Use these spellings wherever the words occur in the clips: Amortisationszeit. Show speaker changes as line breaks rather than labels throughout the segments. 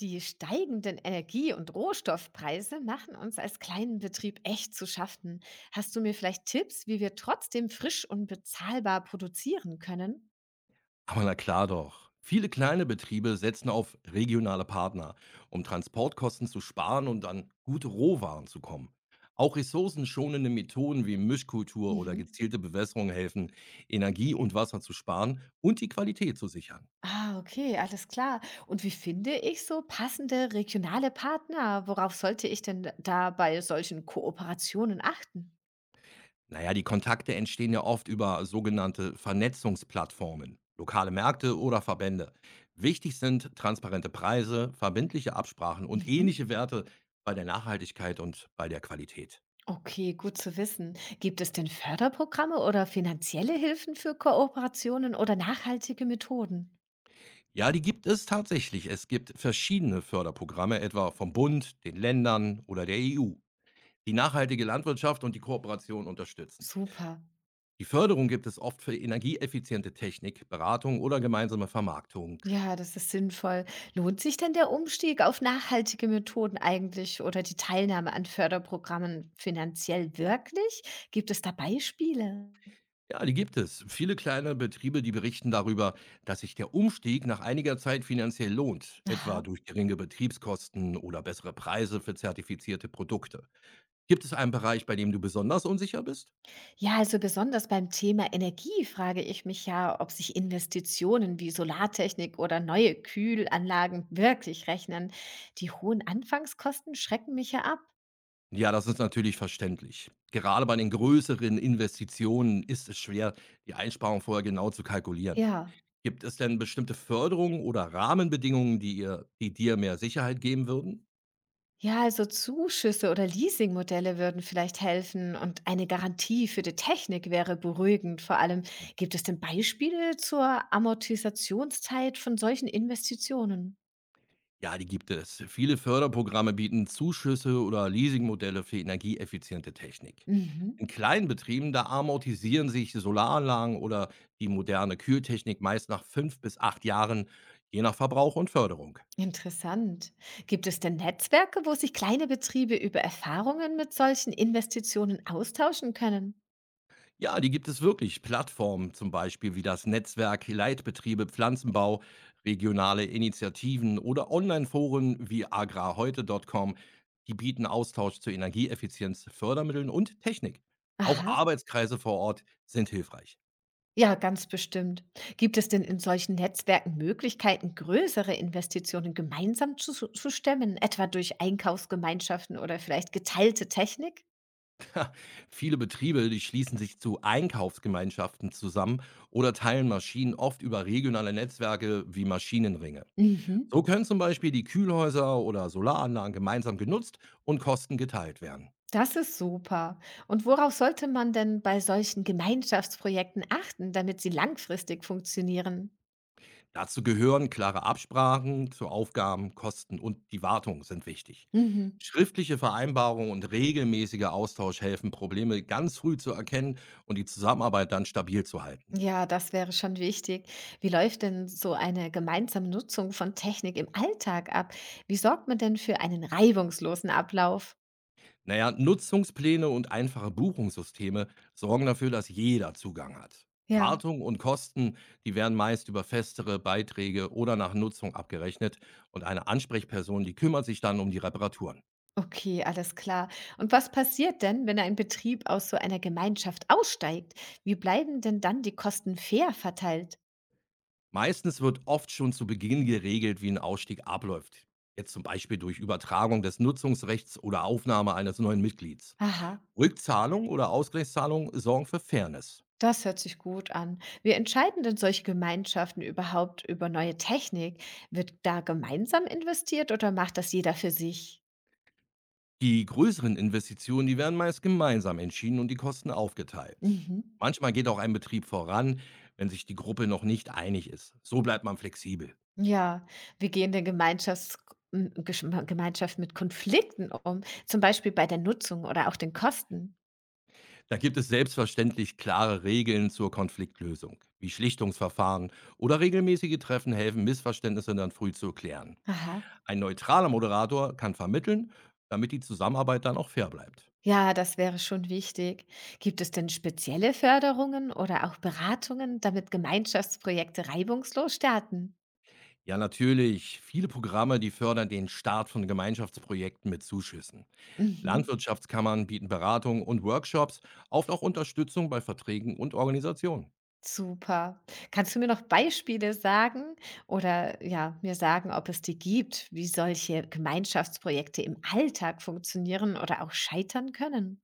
Die steigenden Energie- und Rohstoffpreise machen uns als kleinen Betrieb echt zu schaffen. Hast du mir vielleicht Tipps, wie wir trotzdem frisch und bezahlbar produzieren können?
Aber na klar doch. Viele kleine Betriebe setzen auf regionale Partner, um Transportkosten zu sparen und an gute Rohwaren zu kommen. Auch ressourcenschonende Methoden wie Mischkultur oder
Mhm.
gezielte Bewässerung helfen, Energie und Wasser zu sparen und die Qualität zu sichern.
Ah, okay, alles klar. Und wie finde ich so passende regionale Partner? Worauf sollte ich denn da bei solchen Kooperationen achten?
Naja, die Kontakte entstehen ja oft über sogenannte Vernetzungsplattformen, lokale Märkte oder Verbände. Wichtig sind transparente Preise, verbindliche Absprachen und
Mhm.
ähnliche Werte bei der Nachhaltigkeit und bei der Qualität.
Okay, gut zu wissen. Gibt es denn Förderprogramme oder finanzielle Hilfen für Kooperationen oder nachhaltige Methoden?
Ja, die gibt es tatsächlich. Es gibt verschiedene Förderprogramme, etwa vom Bund, den Ländern oder der EU, die nachhaltige Landwirtschaft und die Kooperation unterstützen.
Super.
Die Förderung gibt es oft für energieeffiziente Technik, Beratung oder gemeinsame Vermarktung.
Ja, das ist sinnvoll. Lohnt sich denn der Umstieg auf nachhaltige Methoden eigentlich oder die Teilnahme an Förderprogrammen finanziell wirklich? Gibt es da Beispiele?
Ja, die gibt es. Viele kleine Betriebe, die berichten darüber, dass sich der Umstieg nach einiger Zeit finanziell lohnt, etwa
Aha.
durch geringe Betriebskosten oder bessere Preise für zertifizierte Produkte. Gibt es einen Bereich, bei dem du besonders unsicher bist?
Ja, also besonders beim Thema Energie frage ich mich ja, ob sich Investitionen wie Solartechnik oder neue Kühlanlagen wirklich rechnen. Die hohen Anfangskosten schrecken mich ja ab.
Ja, das ist natürlich verständlich. Gerade bei den größeren Investitionen ist es schwer, die Einsparung vorher genau zu kalkulieren.
Ja.
Gibt es denn bestimmte Förderungen oder Rahmenbedingungen, die, die dir mehr Sicherheit geben würden?
Ja, also Zuschüsse oder Leasingmodelle würden vielleicht helfen und eine Garantie für die Technik wäre beruhigend. Vor allem gibt es denn Beispiele zur Amortisationszeit von solchen Investitionen?
Ja, die gibt es. Viele Förderprogramme bieten Zuschüsse oder Leasingmodelle für energieeffiziente Technik.
Mhm.
In kleinen Betrieben, da amortisieren sich Solaranlagen oder die moderne Kühltechnik meist nach fünf bis acht Jahren, je nach Verbrauch und Förderung.
Interessant. Gibt es denn Netzwerke, wo sich kleine Betriebe über Erfahrungen mit solchen Investitionen austauschen können?
Ja, die gibt es wirklich. Plattformen zum Beispiel wie das Netzwerk Leitbetriebe Pflanzenbau, regionale Initiativen oder Online-Foren wie agrarheute.com, die bieten Austausch zu Energieeffizienz, Fördermitteln und Technik. Auch
Aha.
Arbeitskreise vor Ort sind hilfreich.
Ja, ganz bestimmt. Gibt es denn in solchen Netzwerken Möglichkeiten, größere Investitionen gemeinsam zu stemmen, etwa durch Einkaufsgemeinschaften oder vielleicht geteilte Technik?
Viele Betriebe, die schließen sich zu Einkaufsgemeinschaften zusammen oder teilen Maschinen oft über regionale Netzwerke wie Maschinenringe.
Mhm.
So können zum Beispiel die Kühlhäuser oder Solaranlagen gemeinsam genutzt und Kosten geteilt werden.
Das ist super. Und worauf sollte man denn bei solchen Gemeinschaftsprojekten achten, damit sie langfristig funktionieren?
Dazu gehören klare Absprachen zu Aufgaben, Kosten und die Wartung sind wichtig.
Mhm.
Schriftliche Vereinbarungen und regelmäßiger Austausch helfen, Probleme ganz früh zu erkennen und die Zusammenarbeit dann stabil zu halten.
Ja, das wäre schon wichtig. Wie läuft denn so eine gemeinsame Nutzung von Technik im Alltag ab? Wie sorgt man denn für einen reibungslosen Ablauf?
Naja, Nutzungspläne und einfache Buchungssysteme sorgen dafür, dass jeder Zugang hat.
Ja.
Wartung und Kosten, die werden meist über festere Beiträge oder nach Nutzung abgerechnet und eine Ansprechperson, die kümmert sich dann um die Reparaturen.
Okay, alles klar. Und was passiert denn, wenn ein Betrieb aus so einer Gemeinschaft aussteigt? Wie bleiben denn dann die Kosten fair verteilt?
Meistens wird oft schon zu Beginn geregelt, wie ein Ausstieg abläuft. Jetzt zum Beispiel durch Übertragung des Nutzungsrechts oder Aufnahme eines neuen Mitglieds.
Aha,
Rückzahlung oder Ausgleichszahlung sorgen für Fairness.
das hört sich gut an. Wie entscheiden denn solche Gemeinschaften überhaupt über neue Technik? Wird da gemeinsam investiert oder macht das jeder für sich?
Die größeren Investitionen, die werden meist gemeinsam entschieden und die Kosten aufgeteilt.
Mhm.
Manchmal geht auch ein Betrieb voran, wenn sich die Gruppe noch nicht einig ist. So bleibt man flexibel.
Ja, wie gehen denn Gemeinschaften mit Konflikten um? Zum Beispiel bei der Nutzung oder auch den Kosten?
Da gibt es selbstverständlich klare Regeln zur Konfliktlösung, wie Schlichtungsverfahren oder regelmäßige Treffen helfen, Missverständnisse dann früh zu klären.
Aha.
Ein neutraler Moderator kann vermitteln, damit die Zusammenarbeit dann auch fair bleibt.
Ja, das wäre schon wichtig. Gibt es denn spezielle Förderungen oder auch Beratungen, damit Gemeinschaftsprojekte reibungslos starten?
Ja, natürlich. Viele Programme, die fördern den Start von Gemeinschaftsprojekten mit Zuschüssen.
Mhm.
Landwirtschaftskammern bieten Beratung und Workshops, oft auch Unterstützung bei Verträgen und Organisationen.
Super. Kannst du mir noch Beispiele sagen oder ja, mir sagen, ob es die gibt, wie solche Gemeinschaftsprojekte im Alltag funktionieren oder auch scheitern können?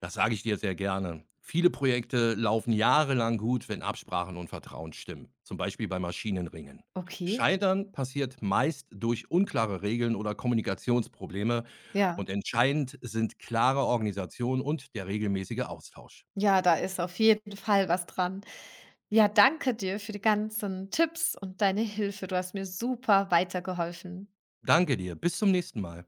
Das sage ich dir sehr gerne. Viele Projekte laufen jahrelang gut, wenn Absprachen und Vertrauen stimmen, zum Beispiel bei Maschinenringen.
Okay.
Scheitern passiert meist durch unklare Regeln oder Kommunikationsprobleme
Ja.
und entscheidend sind klare Organisation und der regelmäßige Austausch.
Ja, da ist auf jeden Fall was dran. Ja, danke dir für die ganzen Tipps und deine Hilfe. Du hast mir super weitergeholfen.
Danke dir, bis zum nächsten Mal.